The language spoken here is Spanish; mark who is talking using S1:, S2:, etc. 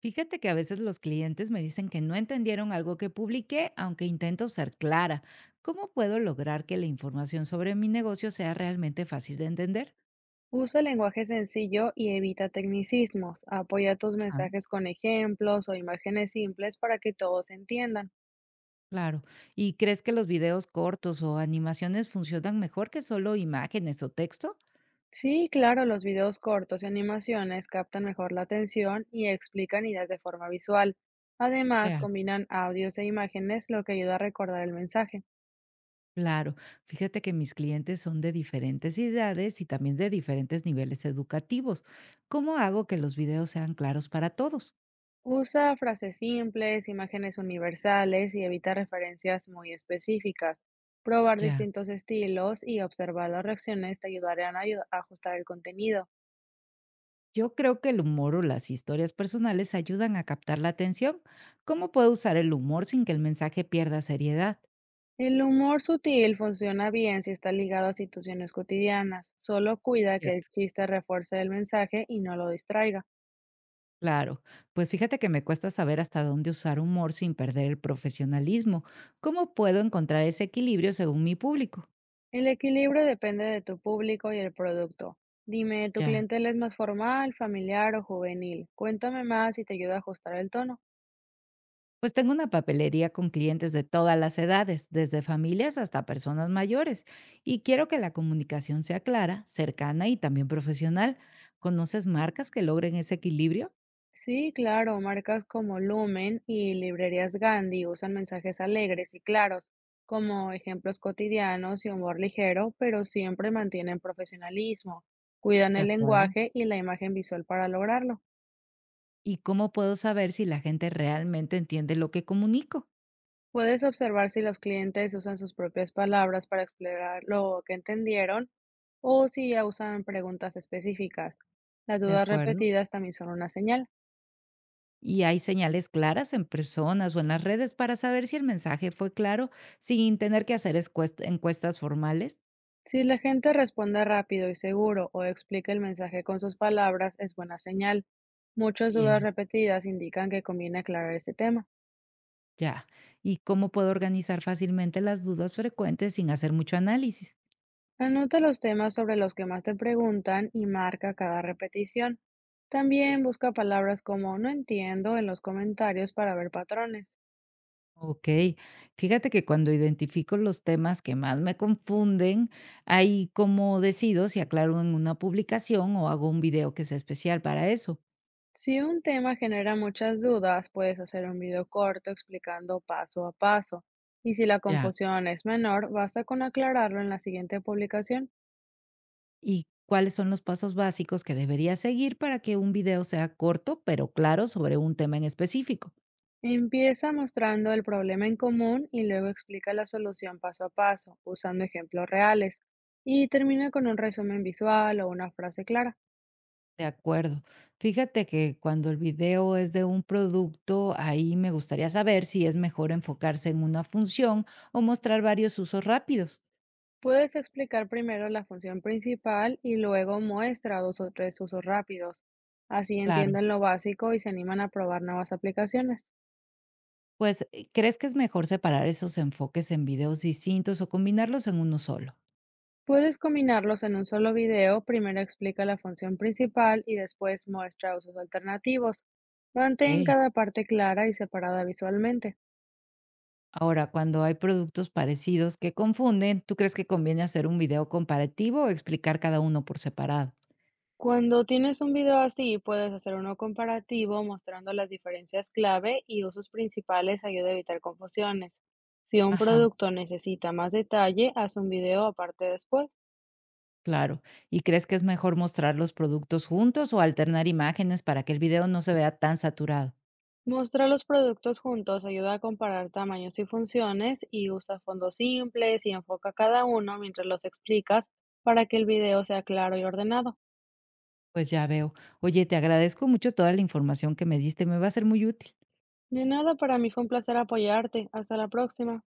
S1: Fíjate que a veces los clientes me dicen que no entendieron algo que publiqué, aunque intento ser clara. ¿Cómo puedo lograr que la información sobre mi negocio sea realmente fácil de entender?
S2: Usa lenguaje sencillo y evita tecnicismos. Apoya tus
S1: Ah,
S2: mensajes con ejemplos o imágenes simples para que todos entiendan.
S1: claro. ¿Y crees que los videos cortos o animaciones funcionan mejor que solo imágenes o texto?
S2: Sí, claro, los videos cortos y animaciones captan mejor la atención y explican ideas de forma visual. Además,
S1: Claro.
S2: combinan audios e imágenes, lo que ayuda a recordar el mensaje.
S1: Claro, fíjate que mis clientes son de diferentes edades y también de diferentes niveles educativos. ¿Cómo hago que los videos sean claros para todos?
S2: Usa frases simples, imágenes universales y evita referencias muy específicas. Probar
S1: Ya.
S2: distintos estilos y observar las reacciones te ayudarán a a ajustar el contenido.
S1: Yo creo que el humor o las historias personales ayudan a captar la atención. ¿Cómo puedo usar el humor sin que el mensaje pierda seriedad?
S2: El humor sutil funciona bien si está ligado a situaciones cotidianas, solo cuida que el
S1: Cierto.
S2: chiste refuerce el mensaje y no lo distraiga.
S1: Claro, pues fíjate que me cuesta saber hasta dónde usar humor sin perder el profesionalismo. ¿Cómo puedo encontrar ese equilibrio según mi público?
S2: El equilibrio depende de tu público y el producto. Dime, ¿tu
S1: Ya.
S2: clientela es más formal, familiar o juvenil? Cuéntame más y te ayudo a ajustar el tono.
S1: Pues tengo una papelería con clientes de todas las edades, desde familias hasta personas mayores, y quiero que la comunicación sea clara, cercana y también profesional. ¿Conoces marcas que logren ese equilibrio?
S2: Sí, claro, marcas como Lumen y Librerías Gandhi usan mensajes alegres y claros, como ejemplos cotidianos y humor ligero, pero siempre mantienen profesionalismo, cuidan
S1: De
S2: el
S1: acuerdo.
S2: lenguaje y la imagen visual para lograrlo.
S1: ¿Y cómo puedo saber si la gente realmente entiende lo que comunico?
S2: Puedes observar si los clientes usan sus propias palabras para explorar lo que entendieron o si ya usan preguntas específicas. Las
S1: ¿De
S2: dudas
S1: acuerdo?
S2: repetidas también son una señal.
S1: Y hay señales claras en personas o en las redes para saber si el mensaje fue claro sin tener que hacer encuestas formales.
S2: Si la gente responde rápido y seguro o explica el mensaje con sus palabras, es buena señal. Muchas dudas
S1: Bien.
S2: repetidas indican que conviene aclarar este tema.
S1: Ya. ¿Y cómo puedo organizar fácilmente las dudas frecuentes sin hacer mucho análisis?
S2: Anota los temas sobre los que más te preguntan y marca cada repetición.
S1: Bien.
S2: También busca palabras como no entiendo en los comentarios para ver patrones.
S1: Ok, fíjate que cuando identifico los temas que más me confunden, ahí como decido si aclaro en una publicación o hago un video que sea especial para eso.
S2: Si un tema genera muchas dudas, puedes hacer un video corto explicando paso a paso. Y si la
S1: Ya.
S2: confusión es menor, basta con aclararlo en la siguiente publicación.
S1: ¿Y cuáles son los pasos básicos que deberías seguir para que un video sea corto pero claro sobre un tema en específico?
S2: Empieza mostrando el problema en común y luego explica la solución paso a paso, usando ejemplos reales. Y termina con un resumen visual o una frase clara.
S1: De acuerdo. Fíjate que cuando el video es de un producto, ahí me gustaría saber si es mejor enfocarse en una función o mostrar varios usos rápidos.
S2: Puedes explicar primero la función principal y luego muestra dos o tres usos rápidos. Así
S1: Claro.
S2: entienden lo básico y se animan a probar nuevas aplicaciones.
S1: Pues, ¿crees que es mejor separar esos enfoques en videos distintos o combinarlos en uno solo?
S2: Puedes combinarlos en un solo video. Primero explica la función principal y después muestra usos alternativos. Mantén
S1: Ok.
S2: cada parte clara y separada visualmente.
S1: Ahora, cuando hay productos parecidos que confunden, ¿tú crees que conviene hacer un video comparativo o explicar cada uno por separado?
S2: Cuando tienes un video así, puedes hacer uno comparativo mostrando las diferencias clave y usos principales ayuda a evitar confusiones. Si un
S1: Ajá,
S2: producto necesita más detalle, haz un video aparte después.
S1: claro. ¿Y crees que es mejor mostrar los productos juntos o alternar imágenes para que el video no se vea tan saturado?
S2: Mostrar los productos juntos ayuda a comparar tamaños y funciones y usa fondos simples y enfoca cada uno mientras los explicas para que el video sea claro y ordenado.
S1: Pues ya veo. Oye, te agradezco mucho toda la información que me diste, me va a ser muy útil.
S2: De nada, para mí fue un placer apoyarte. Hasta la próxima.